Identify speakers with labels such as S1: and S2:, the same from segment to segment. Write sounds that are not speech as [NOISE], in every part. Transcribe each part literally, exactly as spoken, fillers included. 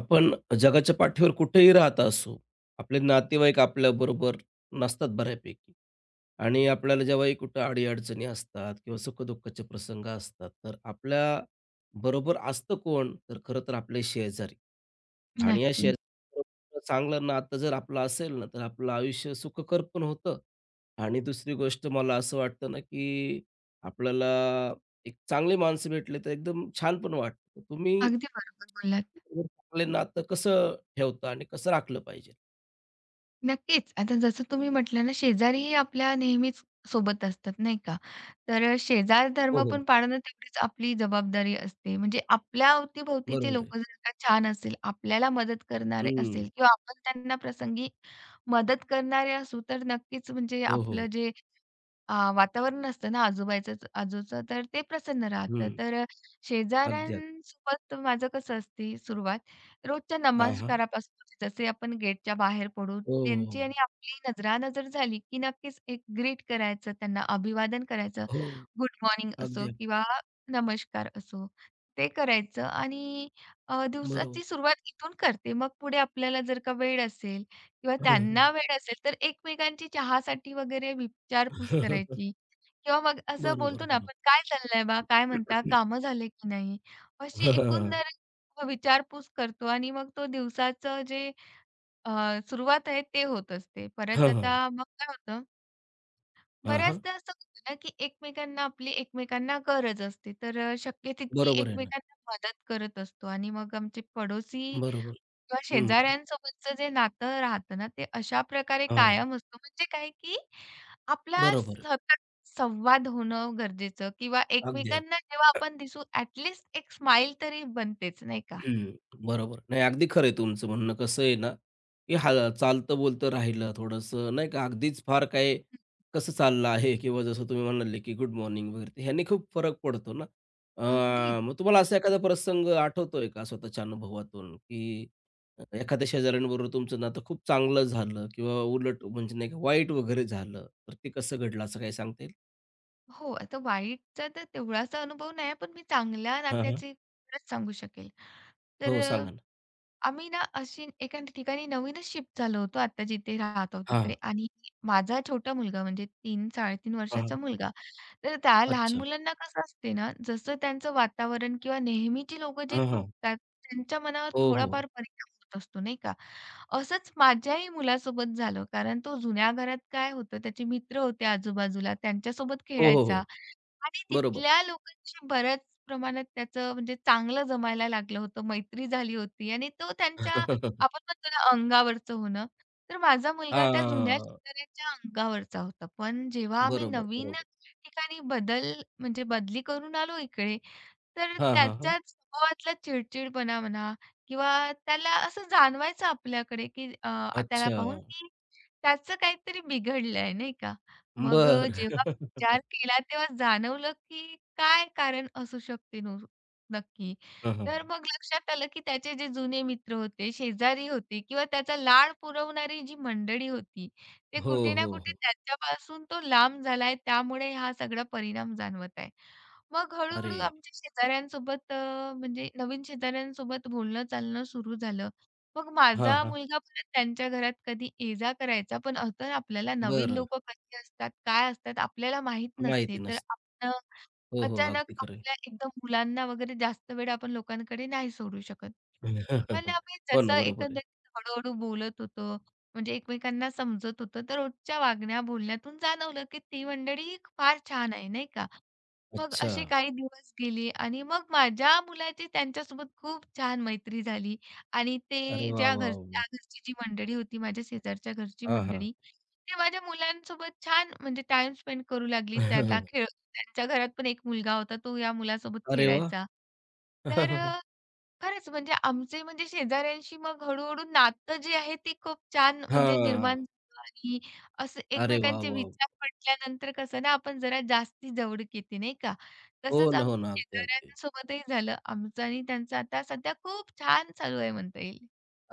S1: आपण जगाच्या पाठीवर कुठेही राहत असू, आपले नातेवाईक आपल्याबरोबर नसतात बऱ्यापैकी आणि आपल्याला जेव्हाही कुठं अडी-अडचणी असतात किंवा सुख-दुःखाचे प्रसंग असतात, तर आपल्याबरोबर असतं कोण? तर खरं तर आपले शेजारी आणि या
S2: नक्की.
S1: शेजाऱ्यांबरोबर चांगलं नातं जर आपलं असेल ना, तर आपलं आयुष्य सुखकर पण होतं आणि दुसरी गोष्ट मला असं वाटतं ना, की आपल्याला एक चांगली माणसं भेटले, तर एकदम छान पण वाटतं. तुम्ही
S2: अगदी बरोबर बोललात.
S1: बरोबर, आपले नातं कसं ठेवतं आणि कसं राखलं पाहिजे.
S2: नक्कीच. आता जसं तुम्ही म्हटलं ना, शेजारीही आपल्या नेहमीच सोबत असतात, नाही का? तर अ, शेजार
S1: हो,
S2: धर्म
S1: हो.
S2: पण पाळणं तेवढीच आपली जबाबदारी असते. म्हणजे आपल्या अवतीभोवतीचे
S1: बरोबर आहे.
S2: लोकं जर का छान असेल, आपल्याला मदत करणारे
S1: हं.
S2: असेल किंवा आपण त्यांना प्रसंगी मदत करणारे असू, तर नक्कीच म्हणजे
S1: हो, हो.
S2: आपलं जे आ, वातावरण असतं ना आजूबाईचंच आजूचं, तर ते प्रसन्न राहतं.
S1: हं.
S2: तर अ,
S1: अगदी, अगदी.
S2: शेजाऱ्यांसोबत माझं कसं असते सुरुवात, रोजच्या
S1: हां, हां.
S2: नमस्कारापासून होते. जसे आपण गेटच्या बाहेर पडू,
S1: हो, हो.
S2: त्यांची
S1: हो.
S2: आणि आपली नजरानजर झाली, की नक्कीच एक ग्रीट करायचं, त्यांना अभिवादन करायचं.
S1: हो.
S2: गुड मॉर्निंग
S1: अगदी,
S2: असो
S1: अगदी.
S2: किंवा नमस्कार असो, ते करायचं आणि अ,
S1: बरोबर.
S2: दिवसाची सुरुवात इथून करते. मग पुढे आपल्याला जर का वेळ असेल किंवा
S1: हं, हं.
S2: त्यांना वेळ असेल तर एकमेकांची चहासाठी वगैरे विचारपूस
S1: [LAUGHS]
S2: करायची किंवा मग असं
S1: बरोबर,
S2: बोलतो ना
S1: बरोबर.
S2: आपण, "काय चाललंय बा? काय म्हणता?
S1: [COUGHS]
S2: कामं झाले की नाही?" अशी
S1: हां, हां, हां.
S2: एकंदर विचारपूस करतो आणि मग तो दिवसाचं जे अ, सुरुवात आहे ते होत असते. परत
S1: हां, हां.
S2: आता मग काय होतं,
S1: हां, हां.
S2: बऱ्याचदा असं होतं ना, की एकमेकांना आपली एकमेकांना गरज असते. तर अ, शक्य तितकी
S1: बरोबर आहे ना.
S2: एकमेकांना मदत करत असतो आणि मग आमचे पडोसी
S1: बरोबर.
S2: किंवा
S1: हं.
S2: शेजाऱ्यांसोबतचं जे नातं राहतं ना, ते अशा प्रकारे
S1: हां.
S2: कायम असतं. म्हणजे काय की आपला
S1: बरोबर आहे.
S2: सतत संवाद होणं गरजेचं किंवा
S1: अगदी, अगदी.
S2: एकमेकांना जेव्हा आपण दिसू ॲटलीस्ट एक स्माइल तरी बनतेच, नाही का?
S1: हं, बरोबर. नाही, अगदी खरं आहे तुमचं म्हणणं. कसं आहे ना, की हां, चालतं-बोलतं राहिलं थोडंसं नाही का, अगदीच फार काय कसं चाललं आहे किंवा जसं तुम्ही म्हणाले, की गुड मॉर्निंग वगैरे ते ह्याने खूप फरक पडतो ना.
S2: अगदीच.
S1: अ, मग तुम्हाला असा एखादा प्रसंग आठवतोय का स्वतःच्या अनुभवातून, की एखाद्या शेजाऱ्यांबरोबर तुमचं नातं खूप चांगलं झालं किंवा उलट म्हणजे नाही का वाईट वगैरे झालं, तर ते कसं घडलं असं काही सांगता येईल?
S2: हो, आता वाईटचा तर तेवढासा अनुभव नाही, पण मी चांगल्या
S1: हां, हां.
S2: नात्याची खरंच सांगू शकेल. तर
S1: हो,
S2: अ,
S1: सांगा ना.
S2: आम्ही ना अशी एका ठिकाणी नवीनच शिफ्ट झालो होतो, आता जिथे राहत आहोत
S1: हां, हां.
S2: तिकडे आणि माझा छोटा मुलगा म्हणजे तीन, साडेतीन
S1: हां,
S2: वर्षाचा मुलगा तर त्या लहान
S1: अच्छा.
S2: मुलांना कसं असते ना, जसं त्यांचं वातावरण किंवा नेहमीची लोकं जे
S1: हां, हां.
S2: तुटतात, त्यांच्या मनावर
S1: हो, हो.
S2: थोडाफार परिणाम होत असतो, नाही का? असंच माझ्याही मुलासोबत झालं. कारण तो जुन्या घरात काय होतं, त्याचे मित्र होते आजूबाजूला, त्यांच्यासोबत
S1: हो, हो,
S2: खेळायचा
S1: हो.
S2: आणि
S1: बरोबर.
S2: तिथल्या लोकांशी बऱ्याच प्रमाणात त्याचं म्हणजे चांगलं जमायला लागलं होतं. मैत्री झाली होती आणि तो त्यांच्या आपण
S1: [LAUGHS]
S2: म्हणतो ना अंगावरचं होणं. तर माझा मुलगा त्या जुन्या
S1: हां.
S2: शेजाऱ्यांच्या अंगावरचा होता. पण जेव्हा आम्ही
S1: बरोबर,
S2: नवीन
S1: बरोबर.
S2: ठिकाणी बदल म्हणजे बदली करून आलो इकडे, तर
S1: हां, हां, हां.
S2: त्याच्याच स्वभावातला चिडचिडपणा म्हणा किंवा त्याला असं जाणवायचं आपल्याकडे, की अ, त्याला
S1: अच्छा.
S2: पाहून, की त्याचं काहीतरी बिघडलंय नाही का? मग अ,
S1: बरं.
S2: जेव्हा विचार केला तेव्हा जाणवलं, की काय कारण असू शकते न नक्की.
S1: हां, हां. [LAUGHS]
S2: तर मग लक्षात आलं, की त्याचे जे जुने मित्र होते, शेजारी होते किंवा त्याचा लाड पुरवणारी जी मंडळी होती, ते
S1: हो,
S2: कुठे ना
S1: हो,
S2: कुठे
S1: हो.
S2: त्याच्यापासून तो लांब झालाय. त्यामुळे हा सगळा परिणाम जाणवत आहे. मग
S1: अरे!
S2: हळू-हळू आमच्या शेजाऱ्यांसोबत अ, म्हणजे नवीन शेजाऱ्यांसोबत बोलणं-चालणं सुरू झालं. मग
S1: हां,
S2: माझा
S1: हां.
S2: मुलगा परत त्यांच्या घरात कधी ये-जा करायचा. पण असं आपल्याला नवीन
S1: बरं.
S2: लोकं कशी असतात, काय असतात आपल्याला माहीत
S1: माहिती
S2: नसते. तर
S1: नसते.
S2: आपण
S1: हो, हो.
S2: अचानक
S1: अगदी खरं आहे.
S2: आपल्या एकदम मुलांना वगैरे जास्त वेळ आपण लोकांकडे नाही सोडू शकत. पण
S1: [LAUGHS]
S2: आम्ही
S1: हो ना,
S2: जसं
S1: बरोबर आहे.
S2: एकंदरीत हळू बोलत होतो, म्हणजे एकमेकांना समजत होतं, तर रोजच्या वागण्या बोलण्यातून जाणवलं की ती मंडळी फार छान आहे, नाही का? मग
S1: अच्छा.
S2: असे काही दिवस गेले आणि मग माझ्या मुलाची त्यांच्यासोबत खूप छान मैत्री झाली आणि
S1: अरे
S2: ते
S1: वा
S2: ज्या घर
S1: वाह, वाह!
S2: त्या घरची जी मंडळी होती, माझ्या शेजारच्या घरची
S1: हां, हां.
S2: मंडळी, ते माझ्या मुलांसोबत छान म्हणजे टाईम स्पेंड करू लागली. त्याला
S1: [LAUGHS]
S2: खेळ त्यांच्या घरात पण एक मुलगा होता, तो या मुलासोबत
S1: अरे वा
S2: खेळायचा. तर
S1: [LAUGHS]
S2: खरंच म्हणजे आमचे म्हणजे शेजाऱ्यांशी मग हळू-हळू नातं जे आहे ते खूप छान म्हणजे
S1: हां.
S2: निर्माण झालं आणि असं
S1: अरे वा
S2: एकमेकांचे
S1: वाह!
S2: विचार पटल्यानंतर कसं ना आपण जरा जास्ती जवळीक येते नाही का?
S1: हो
S2: तसंच
S1: ना, हो ना.
S2: आमच्या
S1: अगदी, अगदी.
S2: शेजाऱ्यांसोबतही झालं आमचं आणि त्यांचं आता सध्या खूप छान चालू आहे म्हणता येईल.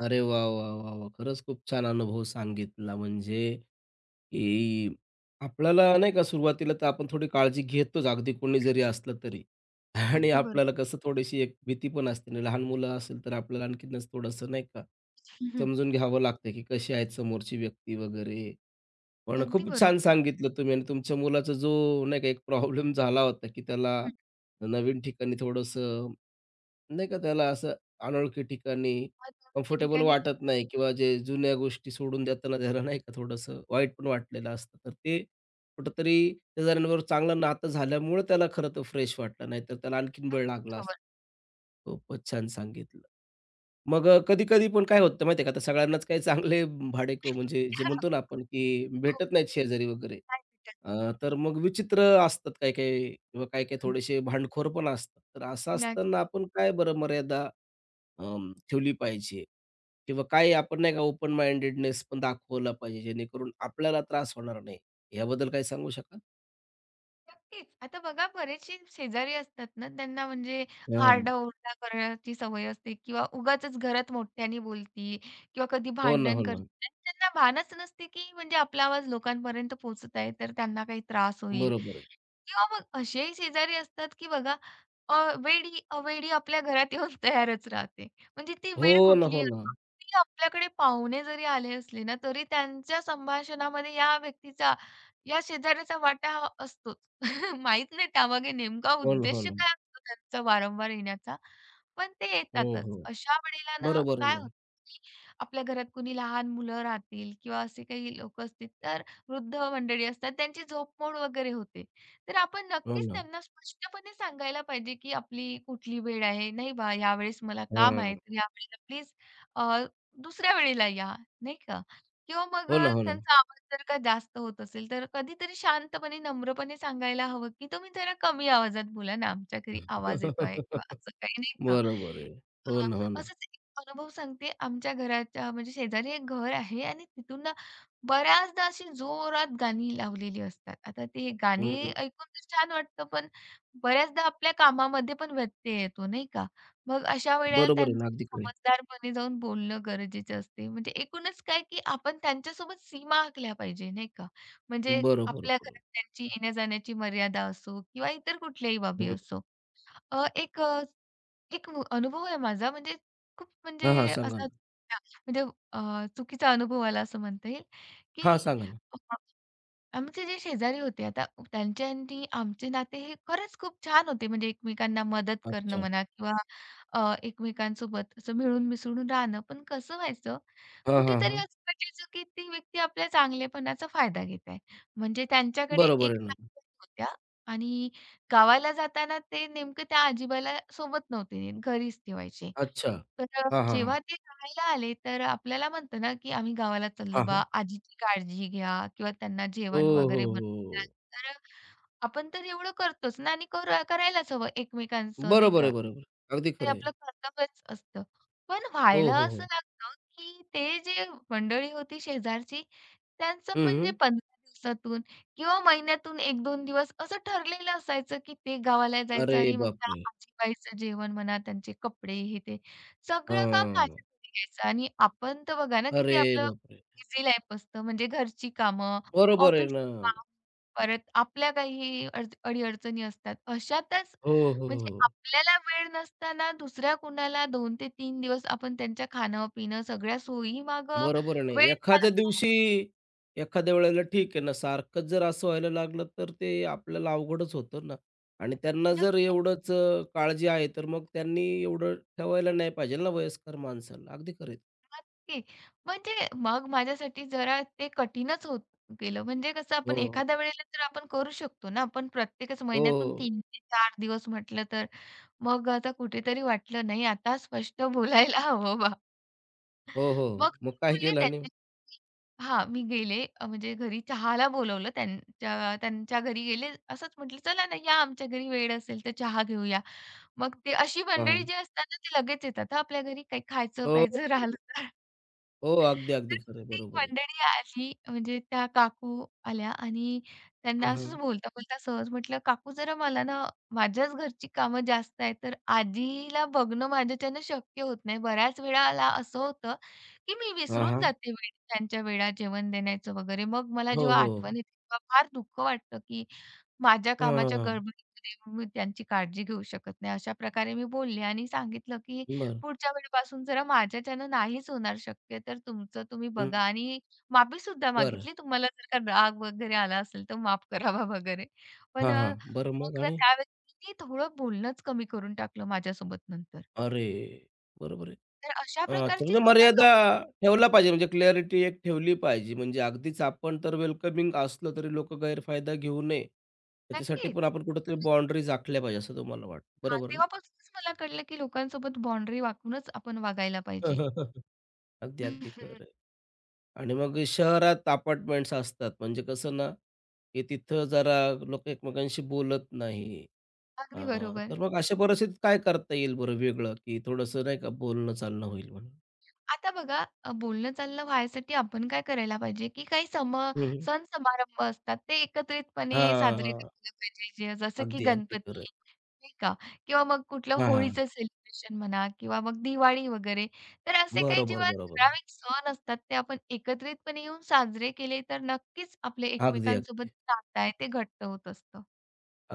S1: अरे वाह, वाह, वाह, वाह! खरंच खूप छान अनुभव सांगितला म्हणजे की आपल्याला नाही का सुरुवातीला तर आपण थोडी काळजी घेतोच अगदी कोणी जरी असलं तरी. आणि
S2: अगदी बरोबर.
S1: आपल्याला कसं थोडीशी एक भीती पण असते ना, लहान मुलं असेल तर आपल्याला आणखीनच थोडंसं नाही का,
S2: हं, हं.
S1: समजून घ्यावं लागतं की कशी आहेत समोरची व्यक्ती वगैरे. पण
S2: अगदी
S1: खूप छान
S2: बरोबर.
S1: सांगितलं तुम्ही आणि तुमच्या मुलाचा जो नाही का एक प्रॉब्लेम झाला होता की त्याला
S2: हं.
S1: नवीन ठिकाणी थोडंसं नाही का त्याला असं अनोळखी ठिकाणी
S2: महत्वाच्या
S1: कम्फर्टेबल
S2: ठिकाणी
S1: वाटत नाही किंवा जे जुन्या गोष्टी सोडून देताना त्याला नाही का थोडंसं वाईट पण वाटलेलं असतं. तर ते कुठेतरी शेजाऱ्यांबरोबर चांगलं नातं झाल्यामुळे त्याला खरं तर फ्रेश वाटलं, नाहीतर त्याला आणखीन वेळ लागला असता.
S2: बरोबर.
S1: खूपच छान सांगितलं. मग कधी-कधी पण काय होतं माहिती का, आता सगळ्यांनाच काही चांगले भाडेकरू म्हणजे जे म्हणतो
S2: [LAUGHS]
S1: ना आपण, की
S2: खूप
S1: भेटत नाहीत शेजारी वगैरे.
S2: छान भेटलं.
S1: अ, तर मग विचित्र असतात काही-काही किंवा काही-काही थोडेसे भांडखोर पण असतात. तर असं
S2: हं.
S1: असताना आपण काय बरं मर्यादा अं, ठेवली पाहिजे किंवा काही आपण नाही का ओपन माइंडेडनेस पण दाखवला पाहिजे जेणेकरून आपल्याला त्रास होणार नाही. याबद्दल काही सांगू शकाल?
S2: नक्कीच. आता बघा बरेचसे शेजारी असतात ना, त्यांना म्हणजे
S1: हां.
S2: आरडा-ओरडा करण्याची सवय असते किंवा उगाचच घरात मोठ्याने बोलती किंवा कधी
S1: हो ना,
S2: भांडण
S1: हो ना.
S2: करते आणि त्यांना भानच नसते, की म्हणजे आपला आवाज लोकांपर्यंत पोहोचत आहे, तर त्यांना काही त्रास होईल.
S1: बरोबर आहे.
S2: किंवा मग असेही शेजारी असतात, की बघा अ, वेडी अवेडी आपल्या घरात येऊन तयारच राहते. म्हणजे ती
S1: हो
S2: वेळ
S1: ना, हो
S2: कुठलीही
S1: ना.
S2: असो. ती आपल्याकडे पाहुणे जरी आले असले ना, तरी त्यांच्या संभाषणामध्ये या व्यक्तीचा, या शेजाऱ्याचा वाटा हा असतोच. [LAUGHS] माहीत नाही त्यामागे नेमका
S1: हो ना, हो
S2: उद्देश
S1: ना.
S2: काय असतो त्यांचा वारंवार येण्याचा, पण ते
S1: हो,
S2: येतातच.
S1: हो.
S2: अशा वेळेला ना
S1: बरोबर आहे
S2: काय होतं,
S1: ना.
S2: की आपल्या घरात कुणी लहान मुलं राहतील किंवा असे काही लोकं असतील, तर वृद्ध मंडळी असतात त्यांची झोपमोड वगैरे होते. तर आपण
S1: हो
S2: नक्कीच
S1: ना.
S2: त्यांना स्पष्टपणे सांगायला पाहिजे, की आपली कुठली वेळ आहे. नाही बा, यावेळेस मला काम
S1: हं.
S2: आहे, तर यावेळेला प्लीज अ, दुसऱ्या वेळेला या, नाही का? किंवा मग
S1: हो ना,
S2: अ,
S1: हो ना.
S2: त्यांचा आवाज जर का जास्त होत असेल, तर कधीतरी शांतपणे, नम्रपणे सांगायला हवं, की तुम्ही जरा कमी आवाजात बोला ना, आमच्या घरी आवाज येतो आहे किंवा
S1: [LAUGHS]
S2: असं काही, नाही का?
S1: बरोबर आहे. हो ना, हो
S2: अ,
S1: ना.
S2: असंच एक अनुभव सांगते. आमच्या घराच्या म्हणजे शेजारी एक घर आहे आणि तिथून ना बऱ्याचदा अशी जोरात गाणी लावलेली असतात. आता ते गाणी
S1: हं.
S2: ऐकून तर छान वाटतं, पण बऱ्याचदा आपल्या कामामध्ये पण व्यत्यय येतो, नाही का? मग अशा वेळेला
S1: बरोबर आहे
S2: त्यांचं
S1: ना. अगदी खरं
S2: समजदारपणे जाऊन बोलणं गरजेचं असते. म्हणजे एकूणच काय, की आपण त्यांच्यासोबत सीमा आखल्या पाहिजे, नाही का? म्हणजे
S1: बरोबर,
S2: आपल्या
S1: बरोबर.
S2: घरात त्यांची येण्या-जाण्याची मर्यादा असो किंवा इतर कुठल्याही बाबी
S1: हं.
S2: असो. अ, एक अ एक मु अनुभव आहे माझा म्हणजे खूप म्हणजे
S1: हां, हां. सांगा
S2: असा
S1: ना.
S2: म्हणजे अ, चुकीचा अनुभव आला असं म्हणता येईल, की
S1: हां, सांगा ना.
S2: आमचे जे शेजारी होते आता त्यांचे आणि आमचे नाते हे खरंच खूप छान होते. म्हणजे एकमेकांना मदत करणं
S1: अच्छा.
S2: म्हणा किंवा अ, एकमेकांसोबत असं मिळून मिसळून राहणं. पण कसं व्हायचं,
S1: हां, हां,
S2: कुठेतरी
S1: हां.
S2: असं वाटायचं की ती व्यक्ती आपल्या चांगलेपणाचा फायदा घेत आहे. म्हणजे त्यांच्याकडे
S1: बरोबर
S2: एक
S1: आहे ना.
S2: आजीबाई होत्या आणि गावाला जाताना ते नेमकं त्या आजीबाईला सोबत नव्हते नेत, घरीच ठेवायचे.
S1: अच्छा.
S2: तर अ,
S1: हां, हां, हां.
S2: जेव्हा ते राहायला आले, तर आपल्याला म्हणतो ना, की आम्ही गावाला चाललो
S1: हां,
S2: बा, आजीची काळजी घ्या किंवा त्यांना
S1: हो,
S2: जेवण
S1: हो,
S2: वगैरे बनवून
S1: हो.
S2: द्या.
S1: हो.
S2: तर आपण तर एवढं करतोच ना आणि करू करायलाच हवं एकमेकांचं, नाही
S1: बरोबर
S2: का?
S1: आहे, बरोबर. अगदी
S2: ते
S1: खरं आहे.
S2: आपलं कर्तव्यच असतं. पण
S1: हो,
S2: व्हायला
S1: हो,
S2: असं
S1: हो.
S2: लागलं, की ते जे मंडळी होती शेजारची, त्यांचं
S1: हं,
S2: म्हणजे
S1: हं.
S2: पंधरा दिवसातून किंवा महिन्यातून एक ते दोन दिवस असं ठरलेलं असायचं, की ते गावाला
S1: अरे
S2: जायचं आणि मग त्या
S1: बापरे!
S2: आजीबाईचं जेवण म्हणा, त्यांचे कपडे हे ते सगळं काम माझ्या
S1: हां.
S2: घरी घ्यायचं आणि आपण तर बघा ना, की ते
S1: अरे
S2: आपलं
S1: बापरे!
S2: बिझी लाईफ असतं. म्हणजे घरची कामं,
S1: बरोबर आहे
S2: ऑफिसची
S1: ना.
S2: कामं, परत आपल्या काही अड अडी-अडचणी असतात. अशातच
S1: हो, हो,
S2: म्हणजे
S1: हो.
S2: आपल्याला वेळ नसताना दुसऱ्या कुणाला दोन ते तीन दिवस आपण त्यांच्या खाणं-पिणं सगळ्या सोयी मागं
S1: बरोबर आहे ना.
S2: वेळ
S1: एखाद्या
S2: घालवणं
S1: दिवशी, एखाद्या वेळेला ठीक आहे ना, सारखंच जर असं व्हायला लागलं तर ते आपल्याला अवघडच होतं ना आणि त्यांना
S2: म्हणजे
S1: जर
S2: नक्कीच
S1: एवढंच अ, काळजी आहे, तर मग त्यांनी एवढं ठेवायला नाही पाहिजे ना वयस्कर माणसाला. अगदी खरं आहे.
S2: नक्की. म्हणजे मग माझ्यासाठी जरा ते कठीणच होत गेलं. म्हणजे कसं
S1: हो,
S2: आपण
S1: हो.
S2: एखाद्या वेळेला तर आपण करू शकतो ना, पण प्रत्येकच
S1: हो,
S2: महिन्यातून
S1: हो.
S2: तीन ते चार दिवस म्हटलं तर मग आता कुठेतरी वाटलं नाही आता स्पष्ट बोलायला हवं बा.
S1: हो, हो.
S2: मग
S1: मग
S2: ते
S1: काय
S2: बोलले
S1: केलं आणि?
S2: त्यांच्याशी. हां, मी गेले अ, म्हणजे घरी चहाला बोलवलं त्यांच्या त्यांच्या घरी गेले. असंच म्हटलं, "चला ना, या आमच्या घरी वेळ असेल तर चहा घेऊया." मग ते अशी मंडळी
S1: हां.
S2: जी असतात ना, ती लगेच येतात हं आपल्या घरी काही
S1: हो.
S2: खायचं-प्यायचं राहिलं तर.
S1: हो, अगदी,
S2: तर
S1: अगदी खरं आहे.
S2: ती
S1: बरोबर आहे.
S2: मंडळी आली म्हणजे त्या काकू आल्या आणि त्यांना
S1: हं,
S2: असंच
S1: हं.
S2: बोलता-बोलता सहज म्हटलं, "काकू जरा मला ना माझ्याच घरची कामं जास्त आहेत, तर आजीला बघणं माझ्याच्यानं शक्य होत नाही." बऱ्याच वेळेला असं होतं, की मी
S1: हां,
S2: विसरून
S1: हां.
S2: जाते वेळी त्यांच्या वेळा जेवण देण्याचं वगैरे. मग मला
S1: हो,
S2: जेव्हा
S1: हो.
S2: आठवण येते तेव्हा फार दुःख वाटतं, की माझ्या कामाच्या
S1: हां.
S2: गडबडीमध्ये मी त्यांची काळजी घेऊ शकत नाही. अशा प्रकारे मी बोलले आणि सांगितलं, की
S1: बरं,
S2: पुढच्या वेळेपासून जरा माझ्याच्यानं नाहीच होणार शक्य, तर तुमचं तुम्ही बघा
S1: हं.
S2: आणि माफी सुद्धा
S1: बरं.
S2: मागितली. तुम्हाला जर का राग वगैरे आला असेल, तर माफ करावा वगैरे.
S1: हां,
S2: पण अ,
S1: हां. बरं मग
S2: मग ना
S1: आणि?
S2: त्या व्यक्तीनी थोडं बोलणंच कमी करून टाकलं माझ्यासोबत नंतर.
S1: अरे! बरोबर आहे.
S2: तर अशा
S1: अच्छा,
S2: प्रकारची
S1: म्हणजे
S2: सुद्धा
S1: मर्यादा
S2: लोक
S1: ठेवला पाहिजे म्हणजे क्लॅरिटी एक ठेवली पाहिजे. म्हणजे अगदीच आपण तर वेलकमिंग असलो तरी लोकं गैरफायदा घेऊ नये. त्याच्यासाठी पण
S2: नक्कीच.
S1: आपण कुठेतरी बाउंडरीज आखल्या पाहिजे असं तुम्हाला वाटतं.
S2: हां,
S1: बरोबर ना?
S2: तेव्हापासूनच मला कळलं, की लोकांसोबत बाउंडरी राखूनच आपण वागायला पाहिजे.
S1: [LAUGHS] अगदी, अगदी खरं आहे.
S2: [LAUGHS]
S1: आणि मग शहरात अपार्टमेंट्स असतात म्हणजे कसं ना, की तिथं जरा लोकं एकमेकांशी बोलत नाही. अ,
S2: अगदी बरोबर.
S1: तर मग अशा परिस्थितीत काय करता येईल बरं वेगळं, की थोडंसं नाही का बोलणं चालणं होईल म्हणून?
S2: आता बघा अ, बोलणं चाललं व्हायसाठी आपण काय करायला पाहिजे, की काही सम
S1: हं, हं.
S2: सण समारंभ असतात ते एकत्रितपणे साजरे
S1: हां.
S2: करायला पाहिजे. जे- जसं की
S1: अगदी, अगदी खरं
S2: गणपती
S1: आहे.
S2: नाही का? किंवा मग कुठलं
S1: हां,
S2: होळीचं सेलिब्रेशन म्हणा किंवा मग दिवाळी वगैरे. तर असे काही
S1: बरोबर,
S2: जेव्हा
S1: बरोबर.
S2: ठराविक सण असतात ते आपण एकत्रितपणे येऊन साजरे केले तर नक्कीच आपले
S1: अगदी,
S2: एकमेकांसोबत
S1: अगदी.
S2: नातं आहे ते घट्ट होत असतं.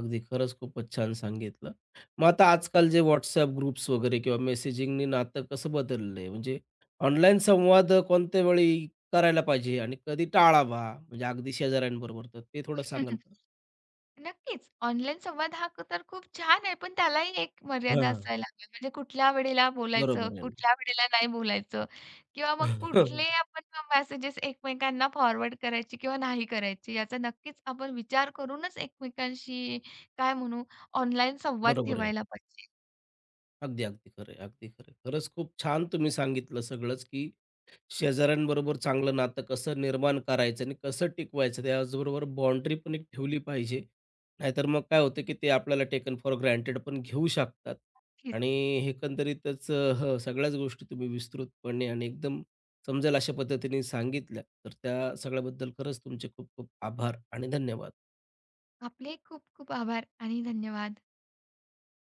S1: अगदी खरंच खूपच छान सांगितलं. मग आता आजकाल जे WhatsApp ग्रुप्स वगैरे किंवा मेसेजिंगनी नातं कसं बदललंय? म्हणजे ऑनलाईन संवाद कोणत्या वेळी करायला पाहिजे आणि कधी टाळावा? म्हणजे अगदी शेजाऱ्यांबरोबर तर ते थोडं सांगाल का?
S2: [LAUGHS] नक्कीच. ऑनलाईन संवाद हा क- तर खूप छान आहे, पण त्यालाही एक मर्यादा
S1: हां.
S2: असायला हवी. म्हणजे कुठल्या वेळेला बोलायचं,
S1: बरोबर आहे ना.
S2: कुठल्या वेळेला नाही बोलायचं किंवा मग
S1: [LAUGHS]
S2: कुठले आपण मेसेजेस एकमेकांना फॉरवर्ड करायचे किंवा नाही करायचे याचा नक्कीच आपण विचार करूनच एकमेकांशी काय म्हणू ऑनलाईन संवाद
S1: बरोबर आहे.
S2: ठेवायला पाहिजे.
S1: अगदी, अगदी खरं आहे. अगदी खरं आहे. खरंच खूप छान तुम्ही सांगितलं सगळंच, की शेजाऱ्यांबरोबर चांगलं नातं कसं निर्माण करायचं आणि कसं टिकवायचं, त्याचबरोबर बाउंडरी पण एक ठेवली पाहिजे. नाहीतर मग काय होतं, की ते आपल्याला टेकन फॉर ग्रांटेड पण घेऊ शकतात आणि
S2: नक्कीच.
S1: एकंदरीतच अ, हं, सगळ्याच गोष्टी तुम्ही विस्तृतपणे आणि एकदम समजेल अशा पद्धतीने सांगितल्या. तर त्या सगळ्याबद्दल खरंच तुमचे खूप खूप आभार आणि धन्यवाद.
S2: आपले खूप खूप आभार आणि धन्यवाद.